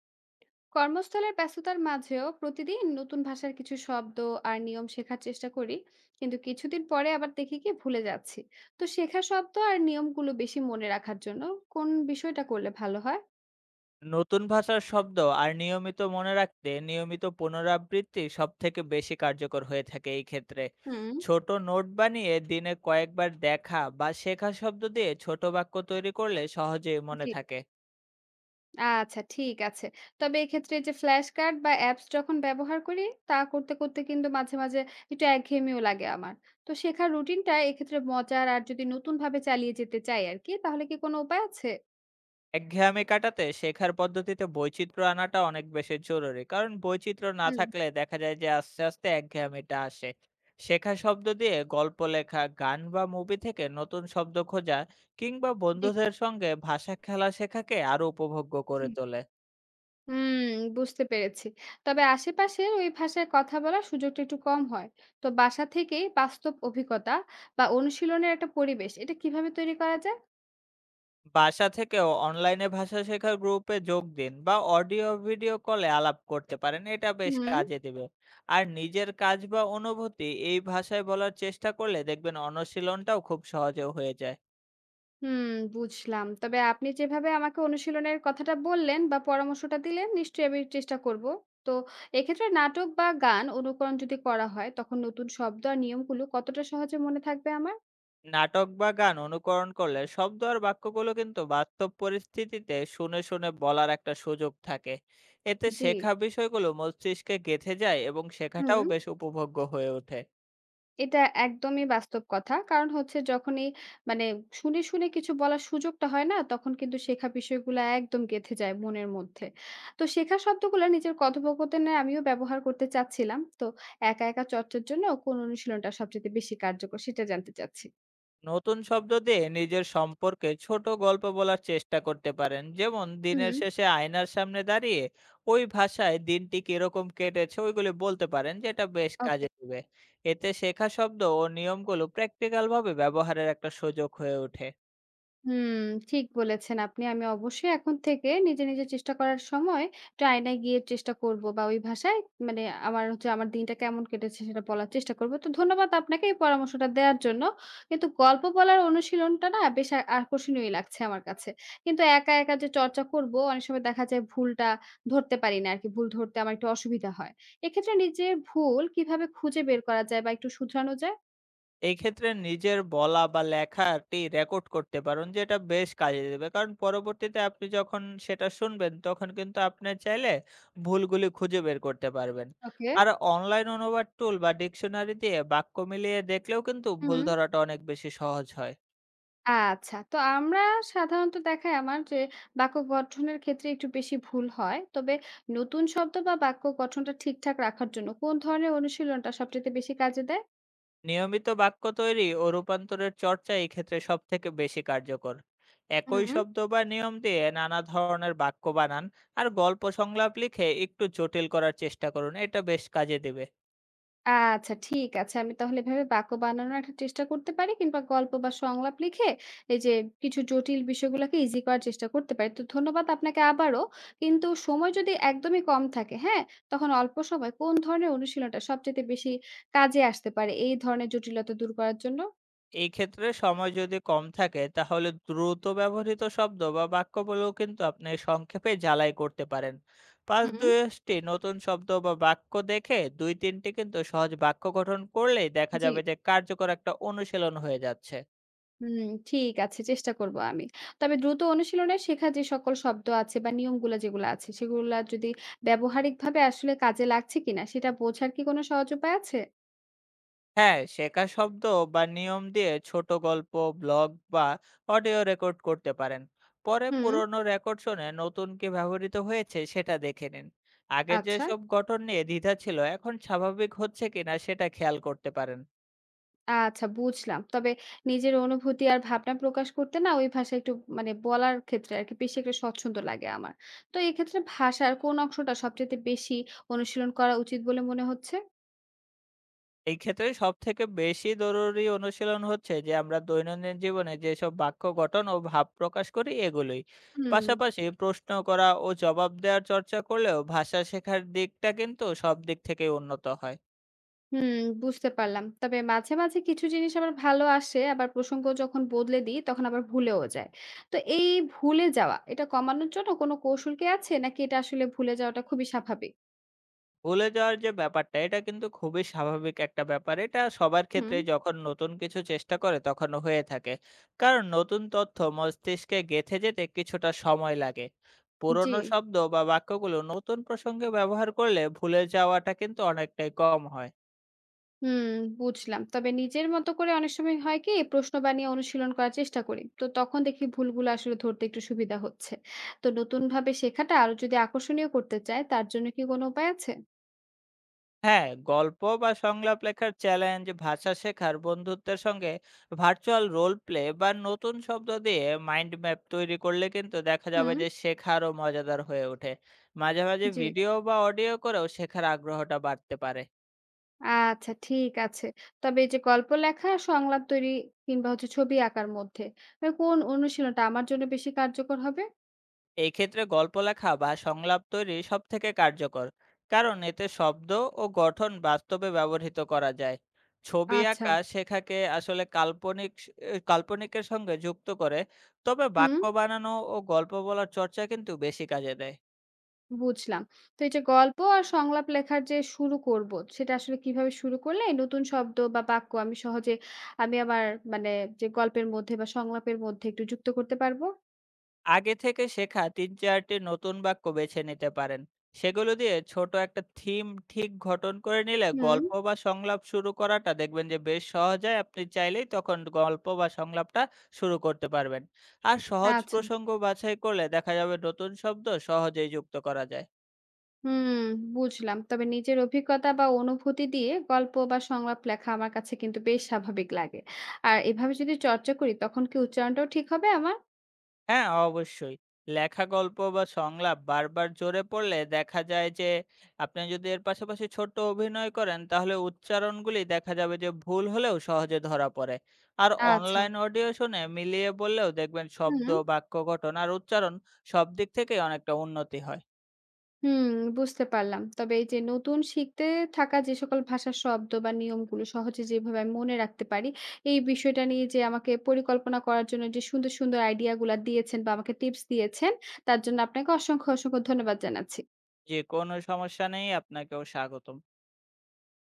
কর্মস্থলের ব্যস্ততার মাঝেও প্রতিদিন নতুন ভাষার কিছু শব্দ আর নিয়ম শেখার চেষ্টা করি, কিন্তু কিছুদিন পরে আবার দেখি কি ভুলে যাচ্ছি। তো শেখা শব্দ আর নিয়মগুলো বেশি মনে রাখার জন্য কোন বিষয়টা করলে ভালো হয়? নতুন ভাষার শব্দ আর নিয়মিত মনে রাখতে নিয়মিত পুনরাবৃত্তি সবথেকে বেশি কার্যকর হয়ে থাকে এই ক্ষেত্রে। হুম। ছোট নোট বানিয়ে দিনে কয়েকবার দেখা বা শেখা শব্দ দিয়ে ছোট বাক্য তৈরি করলে সহজেই মনে জি, থাকে। আচ্ছা, ঠিক আছে। তবে এক্ষেত্রে এই যে ফ্ল্যাশ কার্ড বা অ্যাপস যখন ব্যবহার করি, তা করতে করতে কিন্তু মাঝে মাঝে একটু একঘেয়েমিও লাগে আমার। তো শেখার রুটিনটা এক্ষেত্রে মজার আর যদি নতুন ভাবে চালিয়ে যেতে চাই আর কি, তাহলে কি কোনো উপায় আছে? একঘেয়েমি কাটাতে শেখার পদ্ধতিতে বৈচিত্র্য আনাটা অনেক বেশি জরুরি, কারণ বৈচিত্র্য না হুম। থাকলে দেখা যায় যে আস্তে আস্তে একঘেয়েমিটা আসে। শেখা শব্দ দিয়ে গল্প লেখা, গান বা মুভি থেকে নতুন শব্দ খোঁজা, কিংবা জি। বন্ধুদের সঙ্গে ভাষা খেলা শেখাকে আরো উপভোগ্য করে জি। তোলে। হুম, বুঝতে পেরেছি। তবে আশেপাশে ওই ভাষায় কথা বলার সুযোগটা একটু কম হয়। তো বাসা থেকেই বাস্তব অভিজ্ঞতা বা অনুশীলনের একটা পরিবেশ, এটা কিভাবে তৈরি করা যায়? বাসা থেকেও অনলাইনে ভাষা শেখার গ্রুপে যোগ দিন বা অডিও ভিডিও কলে আলাপ করতে পারেন, এটা বেশ হুম। কাজে দেবে। আর নিজের কাজ বা অনুভূতি এই ভাষায় বলার চেষ্টা করলে দেখবেন অনুশীলনটাও খুব সহজে হয়ে যায়। হুম, বুঝলাম। তবে আপনি যেভাবে আমাকে অনুশীলনের কথাটা বললেন বা পরামর্শটা দিলেন, নিশ্চয়ই আমি চেষ্টা করব। তো এক্ষেত্রে নাটক বা গান অনুকরণ যদি করা হয়, তখন নতুন শব্দ আর নিয়মগুলো কতটা সহজে মনে থাকবে আমার? নাটক বা গান অনুকরণ করলে শব্দ আর বাক্যগুলো কিন্তু বাস্তব পরিস্থিতিতে শুনে শুনে বলার একটা সুযোগ থাকে। এতে জি। শেখা বিষয়গুলো মস্তিষ্কে গেঁথে যায় এবং হুম। শেখাটাও বেশ উপভোগ্য হয়ে ওঠে। এটা একদমই বাস্তব কথা। কারণ হচ্ছে যখনই মানে শুনে, শুনে কিছু বলার সুযোগটা হয় না? তখন কিন্তু শেখা বিষয়গুলা একদম গেঁথে যায় মনের মধ্যে। তো শেখা শব্দগুলা নিজের কথোপকথনে আমিও ব্যবহার করতে চাচ্ছিলাম। তো একা, একা চর্চার জন্য কোন অনুশীলনটা সবচাইতে বেশি কার্যকর সেটা জানতে চাচ্ছি। নতুন শব্দ দিয়ে নিজের সম্পর্কে ছোট গল্প বলার চেষ্টা করতে পারেন, যেমন হুম। দিনের শেষে আয়নার সামনে দাঁড়িয়ে ওই ভাষায় দিনটি কিরকম কেটেছে ওইগুলি বলতে পারেন, যেটা বেশ ওকে। কাজে দিবে। এতে শেখা শব্দ ও নিয়মগুলো প্র্যাকটিক্যাল ভাবে ব্যবহারের একটা সুযোগ হয়ে ওঠে। হুম, ঠিক বলেছেন আপনি। আমি অবশ্যই এখন থেকে নিজে, নিজে চেষ্টা করার সময় একটা আয়নায় গিয়ে চেষ্টা করব বা ওই ভাষায় মানে আমার হচ্ছে আমার দিনটা কেমন কেটেছে সেটা বলার চেষ্টা করব। তো ধন্যবাদ আপনাকে এই পরামর্শটা দেওয়ার জন্য। কিন্তু গল্প বলার অনুশীলনটা না বেশ আকর্ষণীয়ই লাগছে আমার কাছে। কিন্তু একা, একা যে চর্চা করব অনেক সময় দেখা যায় ভুলটা ধরতে পারি না আরকি। ভুল ধরতে আমার একটু অসুবিধা হয়। এক্ষেত্রে নিজের ভুল কিভাবে খুঁজে বের করা যায় বা একটু শুধরানো যায়? এই ক্ষেত্রে নিজের বলা বা লেখাটি রেকর্ড করতে পারেন, যেটা বেশ কাজে দেবে। কারণ পরবর্তীতে আপনি যখন সেটা শুনবেন তখন কিন্তু আপনি চাইলে ভুলগুলি খুঁজে বের করতে পারবেন। ওকে। আর অনলাইন অনুবাদ টুল বা ডিকশনারি দিয়ে বাক্য মিলিয়ে দেখলেও কিন্তু হুম। ভুল ধরাটা অনেক বেশি সহজ হয়। আচ্ছা। তো আমরা সাধারণত দেখায় আমার যে বাক্য গঠনের ক্ষেত্রে একটু বেশি ভুল হয়। তবে নতুন শব্দ বা বাক্য গঠনটা ঠিকঠাক রাখার জন্য কোন ধরনের অনুশীলনটা সবচাইতে বেশি কাজে দেয়? নিয়মিত বাক্য তৈরি ও রূপান্তরের চর্চা এই ক্ষেত্রে সবথেকে বেশি কার্যকর। একই হুম। শব্দ বা নিয়ম দিয়ে নানা ধরনের বাক্য বানান, আর গল্প সংলাপ লিখে একটু জটিল করার চেষ্টা করুন। এটা বেশ কাজে দেবে। আচ্ছা, ঠিক আছে। আমি তাহলে এভাবে বাক্য বানানোর একটা চেষ্টা করতে পারি কিংবা গল্প বা সংলাপ লিখে এই যে কিছু জটিল বিষয়গুলোকে ইজি করার চেষ্টা করতে পারি। তো ধন্যবাদ আপনাকে আবারও। কিন্তু সময় যদি একদমই কম থাকে, হ্যাঁ? তখন অল্প সময় কোন ধরনের অনুশীলনটা সবচাইতে বেশি কাজে আসতে পারে এই ধরনের জটিলতা দূর করার জন্য? এই ক্ষেত্রে সময় যদি কম থাকে তাহলে দ্রুত ব্যবহৃত শব্দ বা বাক্য বলেও কিন্তু আপনি সংক্ষেপে ঝালাই করতে পারেন। পাঁচ হুম, দশটি নতুন শব্দ বা বাক্য দেখে দুই তিনটি কিন্তু সহজ বাক্য গঠন করলেই দেখা জি। যাবে যে কার্যকর একটা অনুশীলন হয়ে যাচ্ছে। হুম, ঠিক আছে, চেষ্টা করব আমি। তবে দ্রুত অনুশীলনে শেখা যে সকল শব্দ আছে বা নিয়মগুলা যেগুলা আছে, সেগুলা যদি ব্যবহারিকভাবে আসলে কাজে লাগছে কিনা সেটা বোঝার কি কোনো সহজ উপায় আছে? হ্যাঁ, শেখা শব্দ বা নিয়ম দিয়ে ছোট গল্প, ব্লগ বা অডিও রেকর্ড করতে পারেন। পরে হুম, পুরনো রেকর্ড শুনে নতুন কি ব্যবহৃত হয়েছে সেটা দেখে নিন। আগে আচ্ছা। যেসব গঠন নিয়ে দ্বিধা ছিল এখন স্বাভাবিক হচ্ছে কিনা সেটা খেয়াল করতে পারেন। আচ্ছা, বুঝলাম। তবে নিজের অনুভূতি আর ভাবনা প্রকাশ করতে না ওই ভাষায় একটু বলার ক্ষেত্রে আরকি বেশি একটা স্বচ্ছন্দ লাগে আমার। তো এক্ষেত্রে ভাষার কোন অংশটা সবচাইতে বেশি অনুশীলন করা উচিত বলে মনে হচ্ছে? এই ক্ষেত্রে সব থেকে বেশি জরুরি অনুশীলন হচ্ছে যে আমরা দৈনন্দিন জীবনে যেসব বাক্য গঠন ও ভাব প্রকাশ করি এগুলোই। হুম। পাশাপাশি প্রশ্ন করা ও জবাব দেওয়ার চর্চা করলেও ভাষা শেখার দিকটা কিন্তু সব দিক থেকে উন্নত হয়। হুম, বুঝতে পারলাম। তবে মাঝে, মাঝে কিছু জিনিস আবার ভালো আসে, আবার প্রসঙ্গ যখন বদলে দিই, তখন আবার ভুলেও যায়। তো এই ভুলে যাওয়া, এটা কমানোর জন্য কোনো কৌশল কি আছে? নাকি এটা আসলে ভুলে যাওয়াটা খুবই স্বাভাবিক? ভুলে যাওয়ার যে ব্যাপারটা, এটা কিন্তু খুবই স্বাভাবিক একটা ব্যাপার। এটা সবার হুম। ক্ষেত্রেই যখন নতুন কিছু চেষ্টা করে তখন হয়ে থাকে। কারণ নতুন তথ্য মস্তিষ্কে গেঁথে যেতে কিছুটা সময় লাগে। জি। পুরনো শব্দ বা বাক্যগুলো নতুন প্রসঙ্গে ব্যবহার করলে ভুলে যাওয়াটা কিন্তু অনেকটাই কম হয়। হুম, বুঝলাম। তবে নিজের মতো করে অনেক সময় হয় কি, প্রশ্ন বানিয়ে অনুশীলন করার চেষ্টা করি। তো তখন দেখি ভুলগুলো আসলে ধরতে একটু সুবিধা হচ্ছে। তো নতুনভাবে শেখাটা আরো যদি আকর্ষণীয় করতে চাই, তার জন্য কি কোনো উপায় আছে? হ্যাঁ, গল্প বা সংলাপ লেখার চ্যালেঞ্জ, ভাষা শেখার বন্ধুত্বের সঙ্গে ভার্চুয়াল রোল প্লে বা নতুন শব্দ দিয়ে মাইন্ড ম্যাপ তৈরি করলে কিন্তু দেখা যাবে হুম, যে শেখারও মজাদার হয়ে ওঠে। মাঝে মাঝে জি। ভিডিও বা অডিও করেও শেখার আগ্রহটা বাড়তে পারে। আচ্ছা, ঠিক আছে। তবে এই যে গল্প লেখা, সংলাপ তৈরি কিংবা হচ্ছে ছবি আঁকার মধ্যে কোন অনুশীলনটা আমার জন্য বেশি কার্যকর হবে? এই ক্ষেত্রে গল্প লেখা বা সংলাপ তৈরি সব থেকে কার্যকর, কারণ এতে শব্দ ও গঠন বাস্তবে ব্যবহৃত করা যায়। ছবি আচ্ছা, আঁকা শেখাকে আসলে কাল্পনিক কাল্পনিকের সঙ্গে যুক্ত করে, তবে হুম, বাক্য বানানো ও গল্প বলার চর্চা কিন্তু বেশি কাজে দেয়। বুঝলাম। তো এই যে গল্প আর সংলাপ লেখার যে শুরু করব, সেটা আসলে কিভাবে শুরু করলে নতুন শব্দ বা বাক্য আমি সহজে আমি আমার মানে যে গল্পের মধ্যে বা সংলাপের মধ্যে একটু যুক্ত করতে পারবো? আগে থেকে শেখা ৩-৪টি নতুন বাক্য বেছে নিতে পারেন। সেগুলো দিয়ে ছোট একটা থিম ঠিক গঠন করে নিলে হুম, গল্প বা সংলাপ শুরু করাটা দেখবেন যে বেশ সহজ হয়। আপনি চাইলেই তখন গল্প বা সংলাপটা শুরু করতে পারবেন। আর সহজ আচ্ছা। প্রসঙ্গ বাছাই করলে দেখা যাবে নতুন শব্দ সহজেই যুক্ত করা যায়। হুম, বুঝলাম। তবে নিজের অভিজ্ঞতা বা অনুভূতি দিয়ে গল্প বা সংলাপ লেখা আমার কাছে কিন্তু বেশ স্বাভাবিক লাগে। আর এভাবে যদি চর্চা করি তখন কি উচ্চারণটাও ঠিক হবে আমার? হ্যাঁ, অবশ্যই। লেখা গল্প বা সংলাপ বারবার জোরে পড়লে দেখা যায় যে, আপনি যদি এর পাশাপাশি ছোট্ট অভিনয় করেন, তাহলে উচ্চারণগুলি দেখা যাবে যে ভুল হলেও সহজে ধরা পড়ে। আর আচ্ছা। অনলাইন অডিও শুনে মিলিয়ে বললেও দেখবেন শব্দ, হুম। বাক্য গঠন আর উচ্চারণ সব দিক থেকেই অনেকটা উন্নতি হয়। হুম, বুঝতে পারলাম। তবে এই যে নতুন শিখতে থাকা যে সকল ভাষার শব্দ বা নিয়মগুলো সহজে যেভাবে আমি মনে রাখতে পারি, এই বিষয়টা নিয়ে যে আমাকে পরিকল্পনা করার জন্য যে সুন্দর, সুন্দর আইডিয়াগুলা দিয়েছেন বা আমাকে টিপস দিয়েছেন, তার জন্য আপনাকে অসংখ্য, অসংখ্য ধন্যবাদ জানাচ্ছি। যে কোনো সমস্যা নেই, আপনাকেও স্বাগতম।